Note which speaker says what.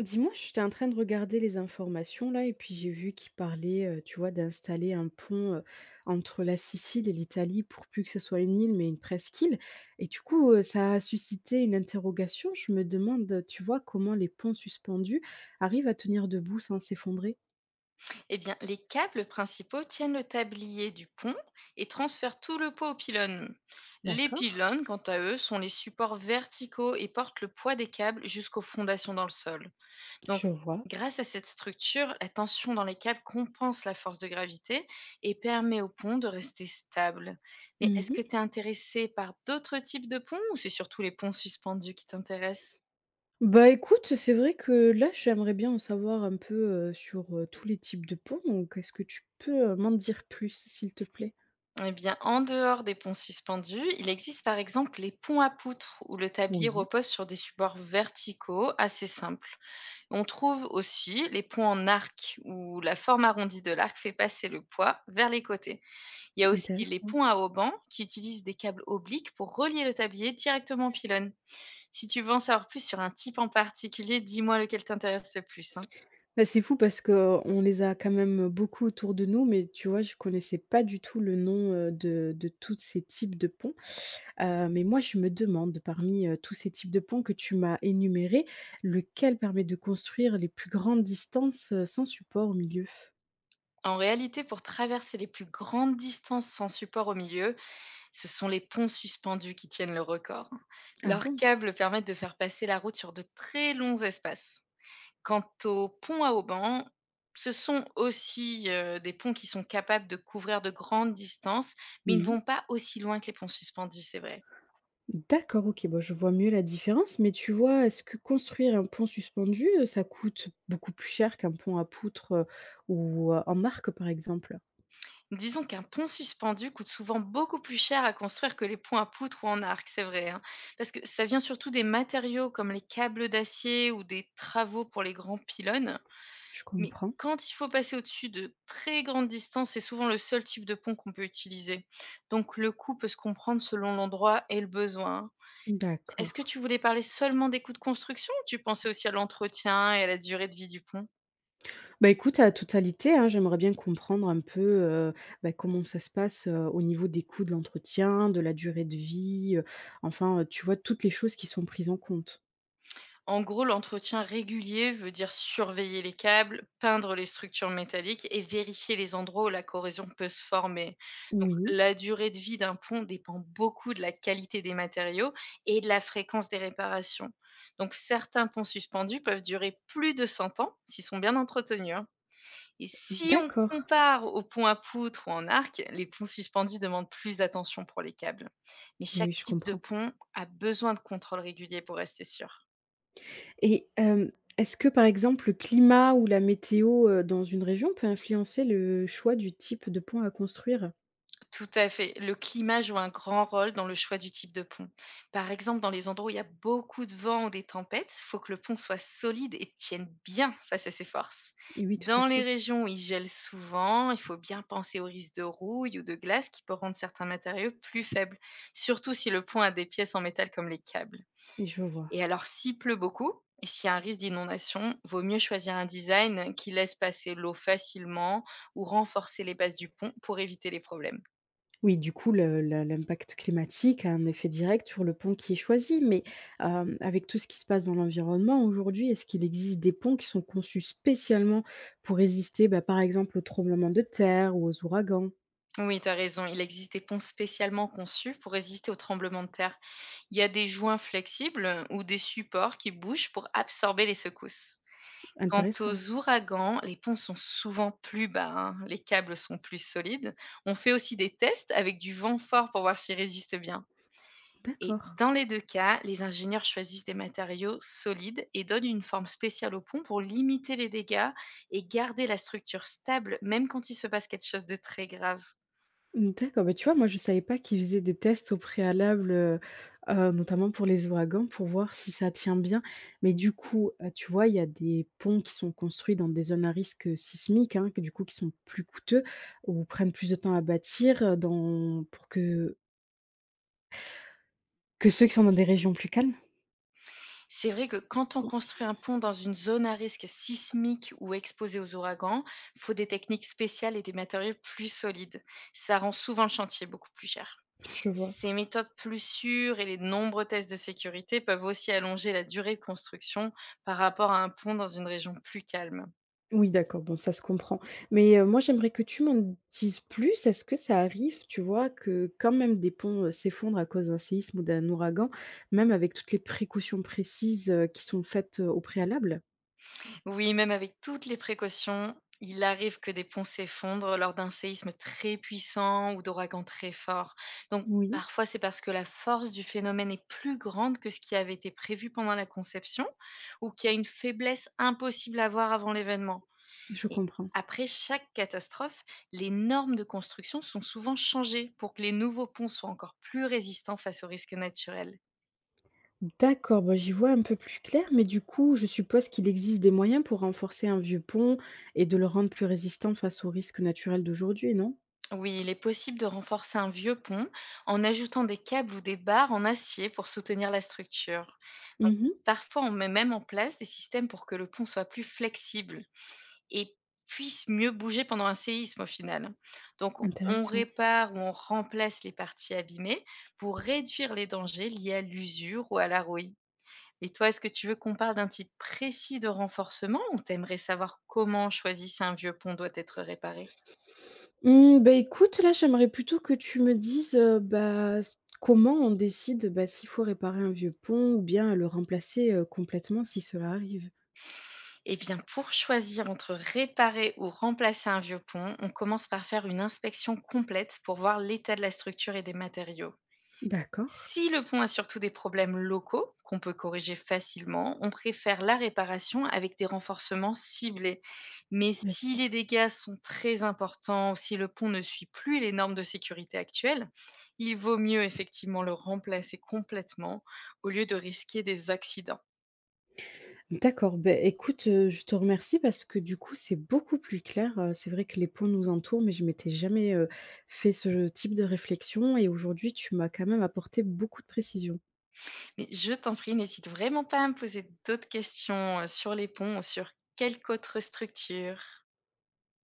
Speaker 1: Dis-moi, j'étais en train de regarder les informations là et puis j'ai vu qu'ils parlaient, tu vois, d'installer un pont, entre la Sicile et l'Italie pour plus que ce soit une île, mais une presqu'île et du coup, ça a suscité une interrogation. Je me demande, tu vois, comment les ponts suspendus arrivent à tenir debout sans s'effondrer?
Speaker 2: Eh bien, les câbles principaux tiennent le tablier du pont et transfèrent tout le poids aux pylônes. Les
Speaker 1: D'accord,
Speaker 2: pylônes, quant à eux, sont les supports verticaux et portent le poids des câbles jusqu'aux fondations dans le sol. Donc,
Speaker 1: je vois.
Speaker 2: grâce à cette structure, la tension dans les câbles compense la force de gravité et permet au pont de rester stable. Mais est-ce que
Speaker 1: Mmh.
Speaker 2: tu es intéressé par d'autres types de ponts ou c'est surtout les ponts suspendus qui t'intéressent?
Speaker 1: Bah, écoute, c'est vrai que là, j'aimerais bien en savoir un peu, sur, tous les types de ponts, donc est-ce que tu peux, m'en dire plus, s'il te plaît?
Speaker 2: Eh bien, en dehors des ponts suspendus, il existe par exemple les ponts à poutres où le tablier
Speaker 1: Oui,
Speaker 2: repose sur des supports verticaux assez simples. On trouve aussi les ponts en arc où la forme arrondie de l'arc fait passer le poids vers les côtés. Il y a aussi les
Speaker 1: intéressant.
Speaker 2: ponts à haubans qui utilisent des câbles obliques pour relier le tablier directement au pylône. Si tu veux en savoir plus sur un type en particulier, dis-moi lequel t'intéresse le plus, hein.
Speaker 1: Bah, c'est fou parce que on les a quand même beaucoup autour de nous, mais tu vois, je connaissais pas du tout le nom, de tous ces types de ponts. Mais moi, je me demande parmi, tous ces types de ponts que tu m'as énumérés, lequel permet de construire les plus grandes distances, sans support au milieu?
Speaker 2: En réalité, pour traverser les plus grandes distances sans support au milieu, ce sont les ponts suspendus qui tiennent le record.
Speaker 1: Ah
Speaker 2: Leurs
Speaker 1: bon?
Speaker 2: câbles permettent de faire passer la route sur de très longs espaces. Quant aux ponts à haubans, ce sont aussi des ponts qui sont capables de couvrir de grandes distances, mais ils ne
Speaker 1: Oui.
Speaker 2: vont pas aussi loin que les ponts suspendus, c'est vrai.
Speaker 1: D'accord, OK. Bon, je vois mieux la différence, mais tu vois, est-ce que construire un pont suspendu, ça coûte beaucoup plus cher qu'un pont à poutres, ou, en arc, par exemple?
Speaker 2: Disons qu'un pont suspendu coûte souvent beaucoup plus cher à construire que les ponts à poutre ou en arc, c'est vrai, hein, parce que ça vient surtout des matériaux comme les câbles d'acier ou des travaux pour les grands pylônes.
Speaker 1: Je
Speaker 2: Mais
Speaker 1: comprends.
Speaker 2: quand il faut passer au-dessus de très grandes distances, c'est souvent le seul type de pont qu'on peut utiliser. Donc le coût peut se comprendre selon l'endroit et le besoin. Est-ce que
Speaker 1: D'accord.
Speaker 2: tu voulais parler seulement des coûts de construction ou tu pensais aussi à l'entretien et à la durée de vie du pont?
Speaker 1: Bah, écoute, à totalité, hein, j'aimerais bien comprendre un peu, bah, comment ça se passe, au niveau des coûts de l'entretien, de la durée de vie, enfin, tu vois, toutes les choses qui sont prises en compte.
Speaker 2: En gros, l'entretien régulier veut dire surveiller les câbles, peindre les structures métalliques et vérifier les endroits où la corrosion peut se former. Donc,
Speaker 1: Oui,
Speaker 2: la durée de vie d'un pont dépend beaucoup de la qualité des matériaux et de la fréquence des réparations. Donc, certains ponts suspendus peuvent durer plus de 100 ans s'ils sont bien entretenus, hein. Et si on
Speaker 1: d'accord.
Speaker 2: compare aux ponts à poutre ou en arc, les ponts suspendus demandent plus d'attention pour les câbles. Mais
Speaker 1: Oui, oui,
Speaker 2: chaque
Speaker 1: je
Speaker 2: type de
Speaker 1: comprends.
Speaker 2: pont a besoin de contrôle régulier pour rester sûr.
Speaker 1: Et est-ce que, par exemple, le climat ou la météo, dans une région peut influencer le choix du type de pont à construire?
Speaker 2: Tout à fait. Le climat joue un grand rôle dans le choix du type de pont. Par exemple, dans les endroits où il y a beaucoup de vent ou des tempêtes, il faut que le pont soit solide et tienne bien face à ses forces.
Speaker 1: Oui, tout à
Speaker 2: Dans les
Speaker 1: fait.
Speaker 2: régions où il gèle souvent, il faut bien penser au risque de rouille ou de glace qui peut rendre certains matériaux plus faibles, surtout si le pont a des pièces en métal comme les câbles.
Speaker 1: Je vois.
Speaker 2: Et alors, s'il pleut beaucoup, et s'il y a un risque d'inondation, vaut mieux choisir un design qui laisse passer l'eau facilement ou renforcer les bases du pont pour éviter les problèmes.
Speaker 1: Oui, du coup, le l'impact climatique a un effet direct sur le pont qui est choisi. Mais, avec tout ce qui se passe dans l'environnement aujourd'hui, est-ce qu'il existe des ponts qui sont conçus spécialement pour résister, bah, par exemple, aux tremblements de terre ou aux ouragans?
Speaker 2: Oui, tu as raison. Il existe des ponts spécialement conçus pour résister aux tremblements de terre. Il y a des joints flexibles ou des supports qui bougent pour absorber les secousses. Quant
Speaker 1: Intéressant,
Speaker 2: aux ouragans, les ponts sont souvent plus bas, hein, les câbles sont plus solides. On fait aussi des tests avec du vent fort pour voir s'ils résistent bien. Et
Speaker 1: d'accord.
Speaker 2: dans les deux cas, les ingénieurs choisissent des matériaux solides et donnent une forme spéciale au pont pour limiter les dégâts et garder la structure stable même quand il se passe quelque chose de très grave.
Speaker 1: Mmh, d'accord, bah, tu vois, moi, je savais pas qu'ils faisaient des tests au préalable, notamment pour les ouragans, pour voir si ça tient bien. Mais du coup, tu vois, il y a des ponts qui sont construits dans des zones à risque, sismique, hein, que du coup, qui sont plus coûteux ou prennent plus de temps à bâtir, dans pour que ceux qui sont dans des régions plus calmes?
Speaker 2: C'est vrai que quand on construit un pont dans une zone à risque sismique ou exposée aux ouragans, il faut des techniques spéciales et des matériaux plus solides. Ça rend souvent le chantier beaucoup plus cher.
Speaker 1: Je vois.
Speaker 2: Ces méthodes plus sûres et les nombreux tests de sécurité peuvent aussi allonger la durée de construction par rapport à un pont dans une région plus calme.
Speaker 1: Oui, d'accord, bon ça se comprend. Mais, moi j'aimerais que tu m'en dises plus. Est-ce que ça arrive, tu vois, que quand même des ponts, s'effondrent à cause d'un séisme ou d'un ouragan, même avec toutes les précautions précises, qui sont faites, au préalable?
Speaker 2: Oui, même avec toutes les précautions, il arrive que des ponts s'effondrent lors d'un séisme très puissant ou d'ouragans très forts. Donc,
Speaker 1: Oui,
Speaker 2: parfois, c'est parce que la force du phénomène est plus grande que ce qui avait été prévu pendant la conception ou qu'il y a une faiblesse impossible à voir avant l'événement.
Speaker 1: je
Speaker 2: Et
Speaker 1: comprends.
Speaker 2: après chaque catastrophe, les normes de construction sont souvent changées pour que les nouveaux ponts soient encore plus résistants face aux risques naturels.
Speaker 1: D'accord, bah, j'y vois un peu plus clair, mais du coup, je suppose qu'il existe des moyens pour renforcer un vieux pont et de le rendre plus résistant face aux risques naturels d'aujourd'hui, non?
Speaker 2: Oui, il est possible de renforcer un vieux pont en ajoutant des câbles ou des barres en acier pour soutenir la structure.
Speaker 1: Mmh,
Speaker 2: Parfois, on met même en place des systèmes pour que le pont soit plus flexible et puisse mieux bouger pendant un séisme au final. Donc, on
Speaker 1: intéressant.
Speaker 2: répare ou on remplace les parties abîmées pour réduire les dangers liés à l'usure ou à la rouille. Et toi, est-ce que tu veux qu'on parle d'un type précis de renforcement ou t'aimerais savoir comment choisir si un vieux pont doit être réparé?
Speaker 1: Mmh, bah, écoute, là, j'aimerais plutôt que tu me dises, bah, s comment on décide, bah, s'il faut réparer un vieux pont ou bien le remplacer, complètement si cela arrive?
Speaker 2: Eh bien, pour choisir entre réparer ou remplacer un vieux pont, on commence par faire une inspection complète pour voir l'état de la structure et des matériaux.
Speaker 1: D'accord,
Speaker 2: Si le pont a surtout des problèmes locaux, qu'on peut corriger facilement, on préfère la réparation avec des renforcements ciblés. Mais
Speaker 1: bien
Speaker 2: si les
Speaker 1: sûr.
Speaker 2: dégâts sont très importants ou si le pont ne suit plus les normes de sécurité actuelles, il vaut mieux effectivement le remplacer complètement au lieu de risquer des accidents.
Speaker 1: D'accord, bah, écoute, je te remercie parce que du coup, c'est beaucoup plus clair, c'est vrai que les ponts nous entourent, mais je m'étais jamais, fait ce type de réflexion et aujourd'hui, tu m'as quand même apporté beaucoup de précisions.
Speaker 2: Mais je t'en prie, n'hésite vraiment pas à me poser d'autres questions, sur les ponts ou sur quelque autre structure.